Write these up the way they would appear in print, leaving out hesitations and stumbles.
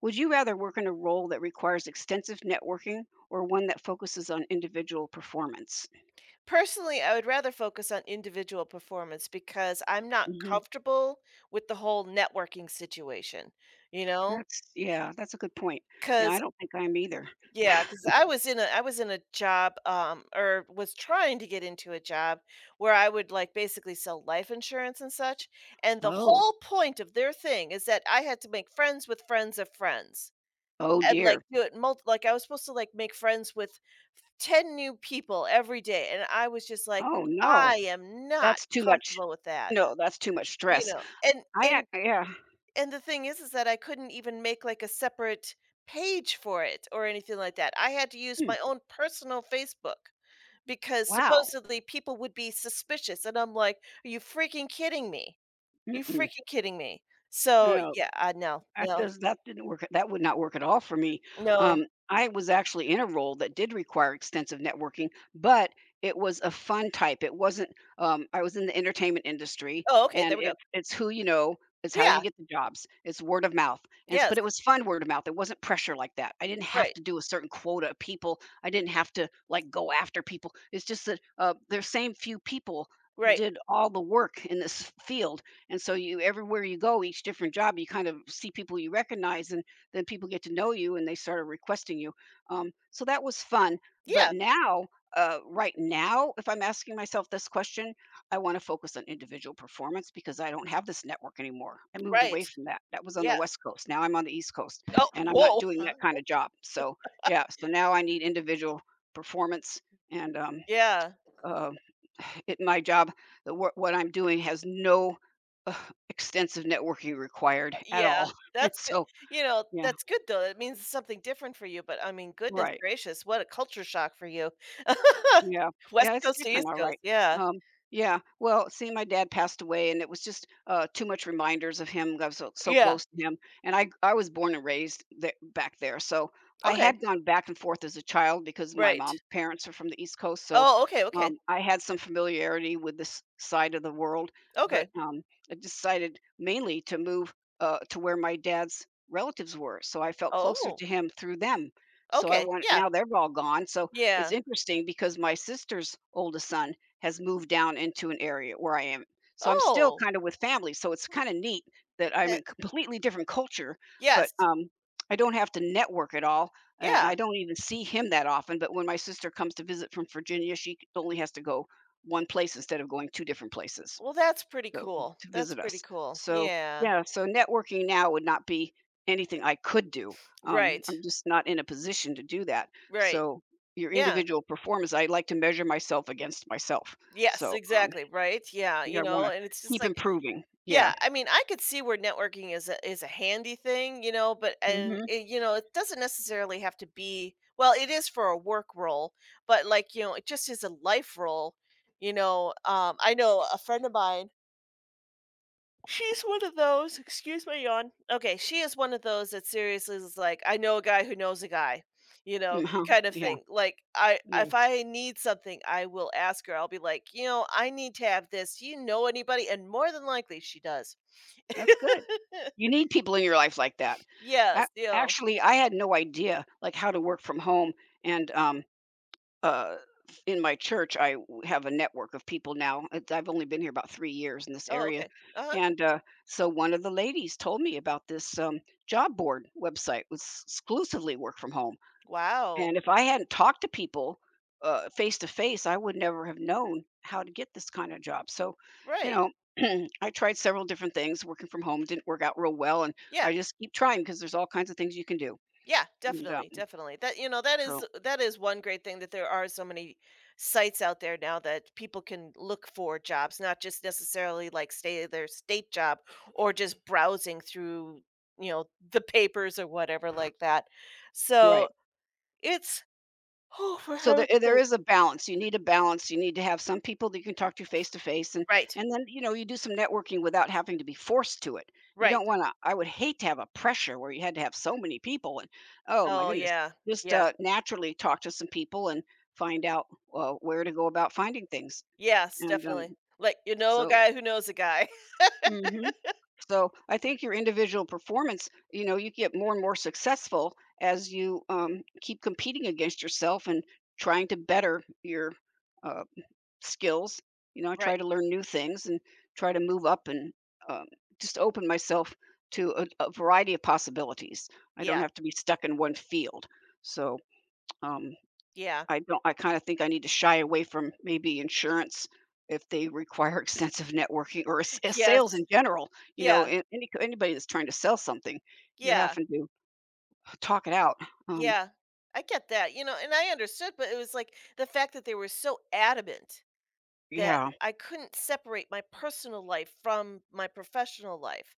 Would you rather work in a role that requires extensive networking or one that focuses on individual performance? Personally, I would rather focus on individual performance because I'm not Hmm. comfortable with the whole networking situation, you know, That's Yeah, that's a good point. Yeah, I because don't think I'm either. yeah, because I was in a job, or was trying to get into a job where I would, like, basically sell life insurance and such, and the Oh, whole point of their thing is that I had to make friends with friends of friends, oh and, like, dear. do it mult like, I was supposed to, like, make friends with 10 new people every day, and I was just like, Oh no, "I am not that's too much. comfortable with that," No, that's too much you stress. know? And and Yeah. and the thing is that I couldn't even make, like, a separate page for it or anything like that. I had to use Hmm. my own personal Facebook because Wow. supposedly people would be suspicious, and I'm like, "Are you freaking kidding me? You Mm-mm. freaking kidding me?" So, Yeah. yeah, I no, no, That didn't work. That would not work at all for me. no. I was actually in a role that did require extensive networking, but it was a fun type. It wasn't I was in the entertainment industry, Oh, okay, and there we go. it's who you know, it's how you Yeah, get the jobs. It's word of mouth. But it yes, was fun word of mouth. It wasn't pressure like that. I didn't have right, to do a certain quota of people. I didn't have to like go after people. It's just that the same few people right. did all the work in this field, and so you everywhere you go, each different job, you kind of see people you recognize, and then people get to know you and they started requesting you, so that was fun. But Yeah, now, right now, if I'm asking myself this question, I want to focus on individual performance, because I don't have this network anymore. I moved right, away from that. That was on the yeah. West Coast. Now I'm on the East Coast, Oh, and I'm not whoa. doing that kind of job, so yeah, so now I need individual performance. And Yeah, uh, at my job, the work what I'm doing has no uh, extensive networking required at yeah, all. that's good, So you know, yeah, that's good though. It means something different for you, but I mean, goodness right. gracious, what a culture shock for you. Yeah. West Yeah, it's Coast to different, East all Coast, right. yeah, Um, yeah, well, see, my dad passed away, and it was just, too much reminders of him. I was so yeah, close to him, and I was born and raised the back there, so I okay, had gone back and forth as a child because my right. mom's parents are from the East Coast, so, Oh, okay, okay, I had some familiarity with this side of the world, but, okay. I decided mainly to move, to where my dad's relatives were, so I felt closer Oh, to him through them. So I okay, want yeah, Now they're all gone, so it's yeah. interesting because my sister's oldest son has moved down into an area where I am. So I'm still Oh, kind of with family. So it's kind of neat that I'm that in completely different culture, but yes, I don't have to network at all. And I yeah, don't even see him that often. But when my sister comes to visit from Virginia, she only has to go one place instead of going two different places, well, so to that's visit pretty us. cool, So yeah. yeah, so networking now would not be anything I could do. Right, I'm just not in a position to do that. right, So your yeah, individual performance, I like to measure myself against myself. yes, So exactly, right, yeah, yeah, you I want know, to and it's just keep like improving. Yeah. yeah, I mean, I could see where networking is a handy thing, you know, but and Mm-hmm. it, you know, it doesn't necessarily have to be, well, it is for a work role, but, like, you know, it just is a life role, you know. Um, I know a friend of mine, she's one of those, excuse my yawn. Okay, she is one of those that seriously is like, I know a guy who knows a guy, you know, uh kind of Yeah. thing. Like, I Yeah. if I need something, I will ask her. I'll be like, "You know, I need to have this. Do you know anybody?" And more than likely she does. That's good. You need people in your life like that. Yeah, A- still. Actually, I had no idea like how to work from home, and uh, in my church, have a network of people now. I've only been here about 3 years in this Oh, area, okay. Uh-huh. and so one of the ladies told me about this job board website was exclusively work from home. Wow. And if I hadn't talked to people face to face, I would never have known how to get this kind of job. So, you Right. know. I tried several different things working from home didn't work out real well, and I Yeah. just keep trying because there's all kinds of things you can do. Yeah, And, definitely, definitely. That, you know, so, that is one great thing that there are so many sites out there now that people can look for jobs, not just necessarily like stay their state job or just browsing through, you know, the papers or whatever like that. So, right. it's oh, for So there heaven's there sake. is a balance. You need a balance. You need to have some people that you can talk to face, and Right. and then you know you do some networking without having to be forced to it. You Right. don't want to. I would hate to have a pressure where you had to have so many people, and oh my Oh, goodness, yeah. just Yeah. Naturally talk to some people and find out where to go about finding things. Yes, And definitely. Like, you know a so guy who knows a guy. hmm. So I think your individual performance, you know, you get more and more successful as you keep competing against yourself and trying to better your uh, skills. You know, I try Right. to learn new things and try to move up, and um, just open myself to a variety of possibilities. I don't Yeah, have to be stuck in one field. So um, yeah. I don't. I kind of think I need to shy away from maybe insurance if they require extensive networking or Yes, sales in general. You know, yeah, anybody that's trying to sell something, you're yeah, having to talk it out. Um, yeah. I get that, you know, and I understood, but it was like the fact that they were so adamant that yeah. I couldn't separate my personal life from my professional life.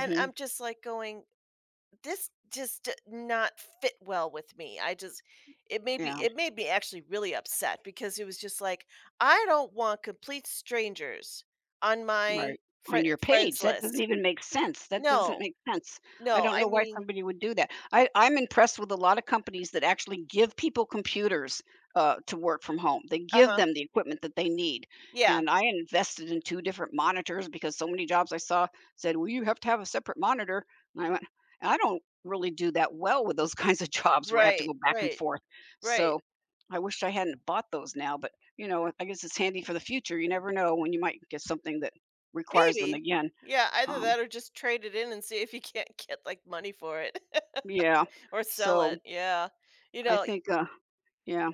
And I'm just like going, this just d- not fit well with me. I just Yeah. it made me actually really upset because it was just like I don't want complete strangers on my Right, fri on your friends page, that doesn't list. even make sense, that doesn't No, make sense. I no, don't I know why mean, somebody would do that. I'm impressed with a lot of companies that actually give people computers, to work from home. They give uh-huh. them the equipment that they need, Yeah. and I invested in 2 different monitors because so many jobs I saw said, "Well, you have to have a separate monitor," and I went, "I don't really do that well with those kinds of jobs where I have to Right, go back and right, forth." right. So, I wish I hadn't bought those now, but, you know, I guess it's handy for the future, you never know when you might get something that requires them Maybe. again. Yeah, either Um, that or just trade it in and see if you can't get, like, money for it yeah. or sell So it, yeah. You I know think, yeah,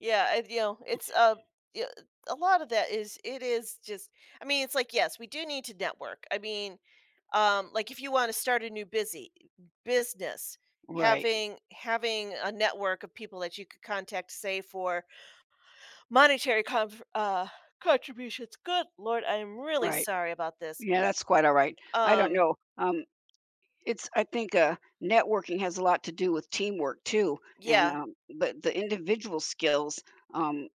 yeah, I you know, yeah, a lot of that is it is just I mean, it's like, yes, we do need to network. I mean, like, if you wanna start a new busy business, right, having a network of people that you could contact, say, for monetary con contributions. Good lord, I am really right. sorry about this. Yeah, that's quite all right. I don't Um, know. It's I think networking has a lot to do with teamwork too, and yeah, but the individual skills, um,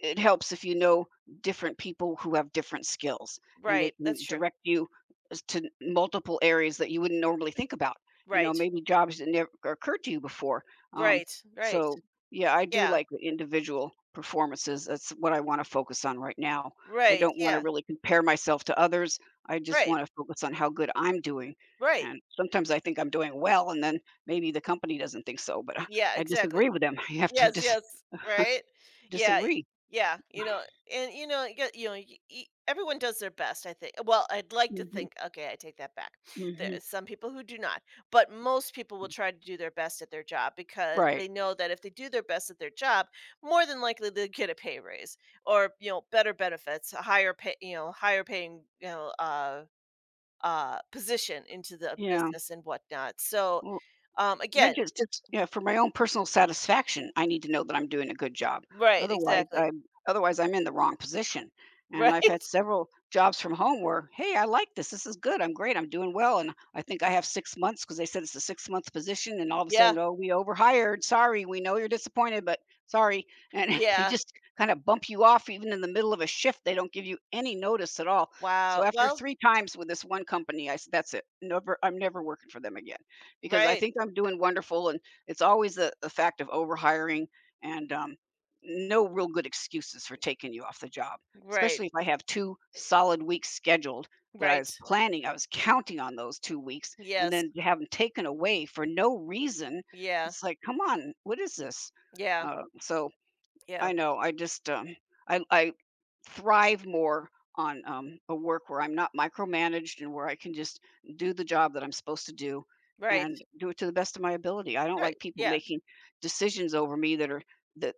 it helps if you know different people who have different skills and they right, can that's true. direct you as to multiple areas that you wouldn't normally think about, you know, Right, maybe jobs that never occurred to you before, um, right, right, so yeah, I do yeah, like the individual performances. That's what I want to focus on right now. I right, don't want to yeah, really compare myself to others. I just right, want to focus on how good I'm doing. right, And sometimes I think I'm doing well, and then maybe the company doesn't think so, yeah, I exactly. disagree with them. You have to Yes, yes, right? Yeah, disagree. yeah, you know, and you know, you got- you know, y- y- everyone does their best, I think. Well, I'd like to Hmm. think, okay, I take that back. There Hmm. are some people who do not, but most people will try to do their best at their job because Right. they know that if they do their best at their job, more than likely they'll get a pay raise or, you know, better benefits, a higher pay, you know, higher paying, you know, position into the Yeah. business and whatnot. So, Well, um, I again, just yeah, for my own personal satisfaction, I need to know that I'm doing a good job. right, Otherwise, exactly. I'm Otherwise, I'm in the wrong position. And Right. I've had several jobs from home where, "Hey, I like this. This is good. I'm great. I'm doing well." And I think I have 6 months because they said it's a 6-month position, and all of a Yeah. sudden, "Oh, we overhired. Sorry. We know you're disappointed, but sorry." And they Yeah. just kind of bump you off even in the middle of a shift. They don't give you any notice at all. So Wow. after Well, 3 times with this one company, I said, "That's it. Never I'm never working for them again." Because I right. think I'm doing wonderful, and it's always the fact of overhiring, and no real good excuses for taking you off the job, Right. especially if I have two solid weeks scheduled that I Right. was planning. I was counting on those 2 weeks, and Yes. then to have them taken away for no reason, Yeah. it's like, come on, what is this? Yeah. So Yeah. I know. I thrive more on a work where I'm not micromanaged and where I can just do the job that I'm supposed to do Right. and do it to the best of my ability. I don't like Right. people Yeah. making decisions over me that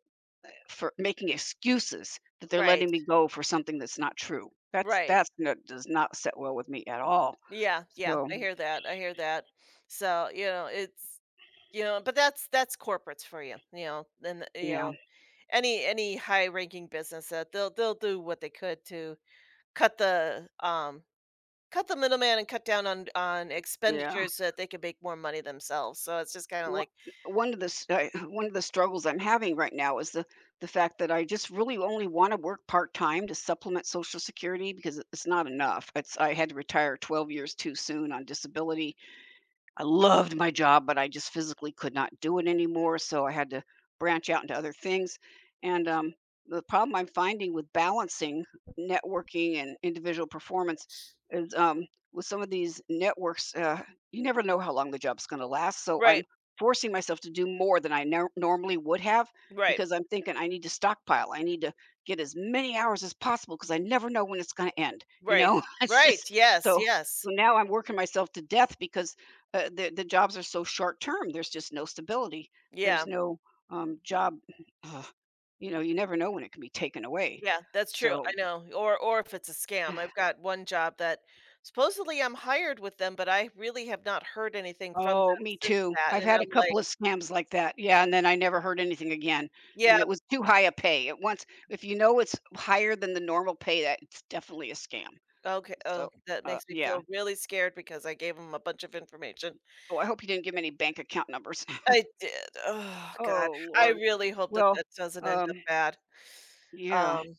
for making excuses that they're letting Right. me go for something that's not true. Right. That does not set well with me at all. Yeah. Yeah. So I hear that. I hear that. So, you know, it's you know, but that's corporates for you. You know, then you yeah, know, any high ranking business, that they'll do what they could to cut the um cut the middleman and cut down on yeah. expenditures so that they can make more money themselves. So it's just kind of one like one of the s- I- one of the struggles I'm having right now is the fact that I just really only want to work part time to supplement Social Security because it's not enough. It's I had to retire 12 years too soon on disability. I loved my job, but I just physically could not do it anymore, so I had to branch out into other things. And the problem I'm finding with balancing networking and individual performance is, with some of these networks, you never know how long the job's going to last. So I'm right, forcing myself to do more than I nor normally would have right. because I'm thinking I need to stockpile. I need to get as many hours as possible because I never know when it's going to end. You Right, know, it's just. right, yes, So. yes. So now I'm working myself to death because the jobs are so short term. There's just no stability. There's Yeah, no job. Uh, you know, you never know when it can be taken away. yeah, that's true, I So, know, or if it's a scam. I've got one job that supposedly I'm hired with them, but I really have not heard anything from them oh, me since too. that, I've and had a I'm couple like, of scams like that. Yeah, and then I never heard anything again. "Yeah, And it was too high a pay. It once, if you know it's higher than the normal pay, that it's definitely a scam. okay, oh, So, that makes me yeah. feel really scared because I gave them a bunch of information." Oh, I hope you didn't give me any bank account numbers. I did, oh god, Oh I Lord. really hope that Well, that doesn't end up um, bad. yeah. Um,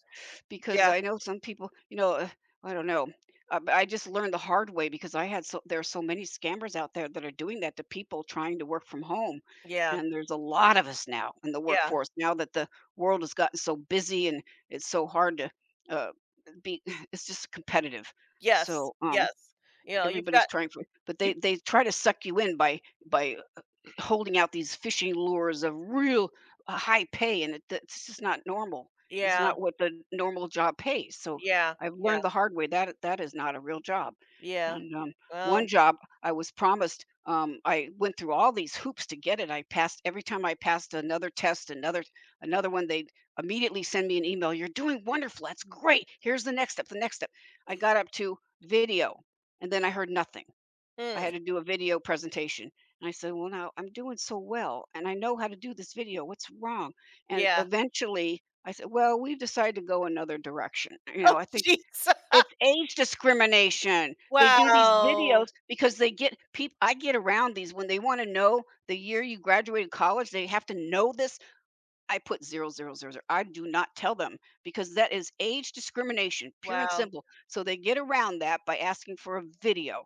Because yeah, I know some people. I don't know. But I just learned the hard way because I had so there are so many scammers out there that are doing that to people trying to work from home. yeah, And there's a lot of us now in the yeah, workforce now that the world has gotten so busy and it's so hard to uh, be. It's just competitive, yes, so yes, you know, you've everybody's got trying for. But they you they try to suck you in by holding out these fishing lures of real high pay, and that's just not normal. It's yeah, not what the normal job pays. So yeah, I've yeah, learned the hard way that that is not a real job. yeah. And one Well, job I was promised, I went through all these hoops to get it. I passed every time I passed another test, another one. They would immediately send me an email. You're doing wonderful. That's great. Here's the next step. The next step. I got up to video, and then I heard nothing. I mm, had to do a video presentation. And I said, "Well, now I'm doing so well and I know how to do this video. What's wrong?" And yeah. eventually I said, "Well, we've decided to go another direction." You Oh, know, I think jeez. it's age discrimination. They do these Wow. videos because they get people I get around these when they want to know the year you graduated college, they have to know this. I put 0000. Zero, zero, zero. I do not tell them because that is age discrimination, pure and Wow. simple. So they get around that by asking for a video.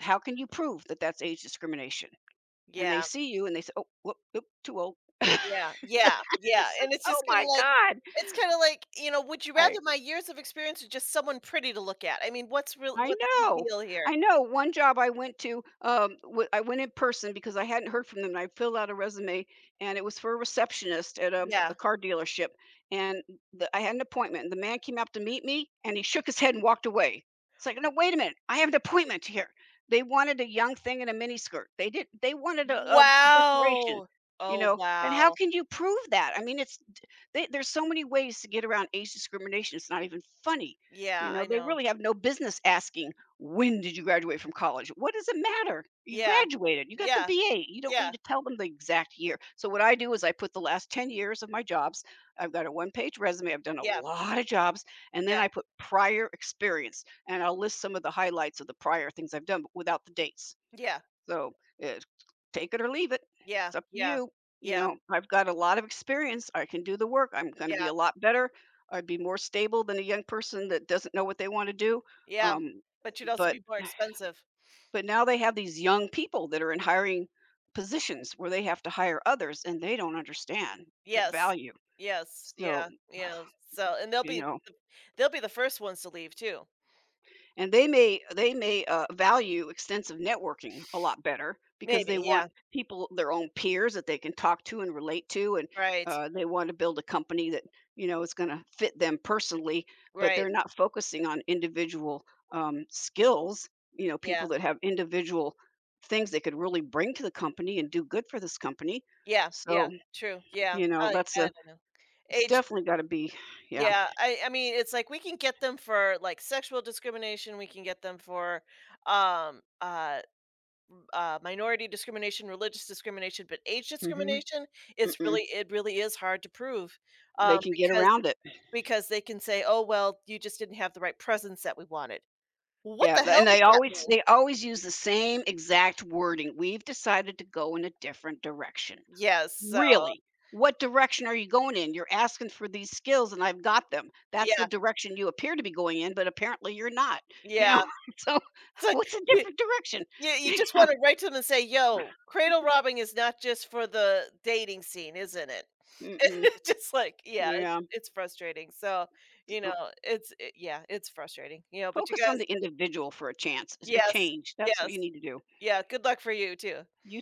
How can you prove that that's age discrimination? And they Yeah, see you and they say, "Oh, whoop, oop, too old." yeah, So yeah, yeah, it's like, and it's "Oh just kinda my like god." it's kinda like, you know, would you I rather my years of experience or just someone pretty to look at? I mean, I what's the know. deal here? I know. One job I went to, I went in person because I hadn't heard from them. And I filled out a resume, and it was for a receptionist at a Yeah. car dealership. And I had an appointment. And the man came up to meet me, and he shook his head and walked away. It's like, no, wait a minute. I have an appointment here. They wanted a young thing in a miniskirt. They did. They wanted a decoration, Wow. you Oh, know. And how wow. can you prove that? I mean, there's so many ways to get around age discrimination. It's not even funny, you Yeah, know, I they know. really have no business asking, when did you graduate from college? What does it matter? You Yeah. graduated, you got the Yeah, BA. You don't yeah, need to tell them the exact year. So, what I do is I put the last 10 years of my jobs, I've got a one page resume, I've done a yeah, lot of jobs, and then yeah, I put prior experience and I'll list some of the highlights of the prior things I've done, but without the dates. yeah, So, it's take it or leave it. yeah, It's up to yeah, you. You yeah, know, I've got a lot of experience. I can do the work. I'm gonna be yeah, a lot better. I'd be more stable than a young person that doesn't know what they wanna do. yeah, Um, but you'd also but be more expensive. but now they have these young people that are in hiring positions where they have to hire others, and they don't understand the Yes. value. Yes, So, yeah, yeah, so and you know they'll be the first ones to leave too. and they may value extensive networking a lot better because they Maybe, want yeah, people their own peers that they can talk to and relate to and right, they want to build a company that you know is going to fit them personally but right, they're not focusing on individual skills you know people yeah, that have individual things they could really bring to the company and do good for this company yeah, yeah, so true, yeah, you know that's I a don't know. it's Age definitely got to be yeah yeah, I mean, it's like we can get them for, like, sexual discrimination, we can get them for, um, uh minority discrimination, religious discrimination, but age hmm. discrimination, Mm-mm. It really is hard to prove, They um, can get because around it. because they can say, "Oh, well, you just didn't have the right presence that we wanted." Well, what Yeah, the th hell and does they that always mean? they always use the same exact wording, "We've decided to go in a different direction." Yes, so Really? What direction are you going in? You're asking for these skills, and I've got them. That's the yeah, direction you appear to be going in, but apparently you're not, you know? yeah. So, So, like, what's a you different direction? You just wanna write to them and say, "Yo, cradle robbing is not just for the dating scene, isn't it?" Mm-mm, Just like yeah, yeah, it's frustrating, so, you uh, know, it's I yeah, it's frustrating, you know, but you focus on guys the individual for a yes, change, that's what you yes. need to do. Yeah, good luck for you too. You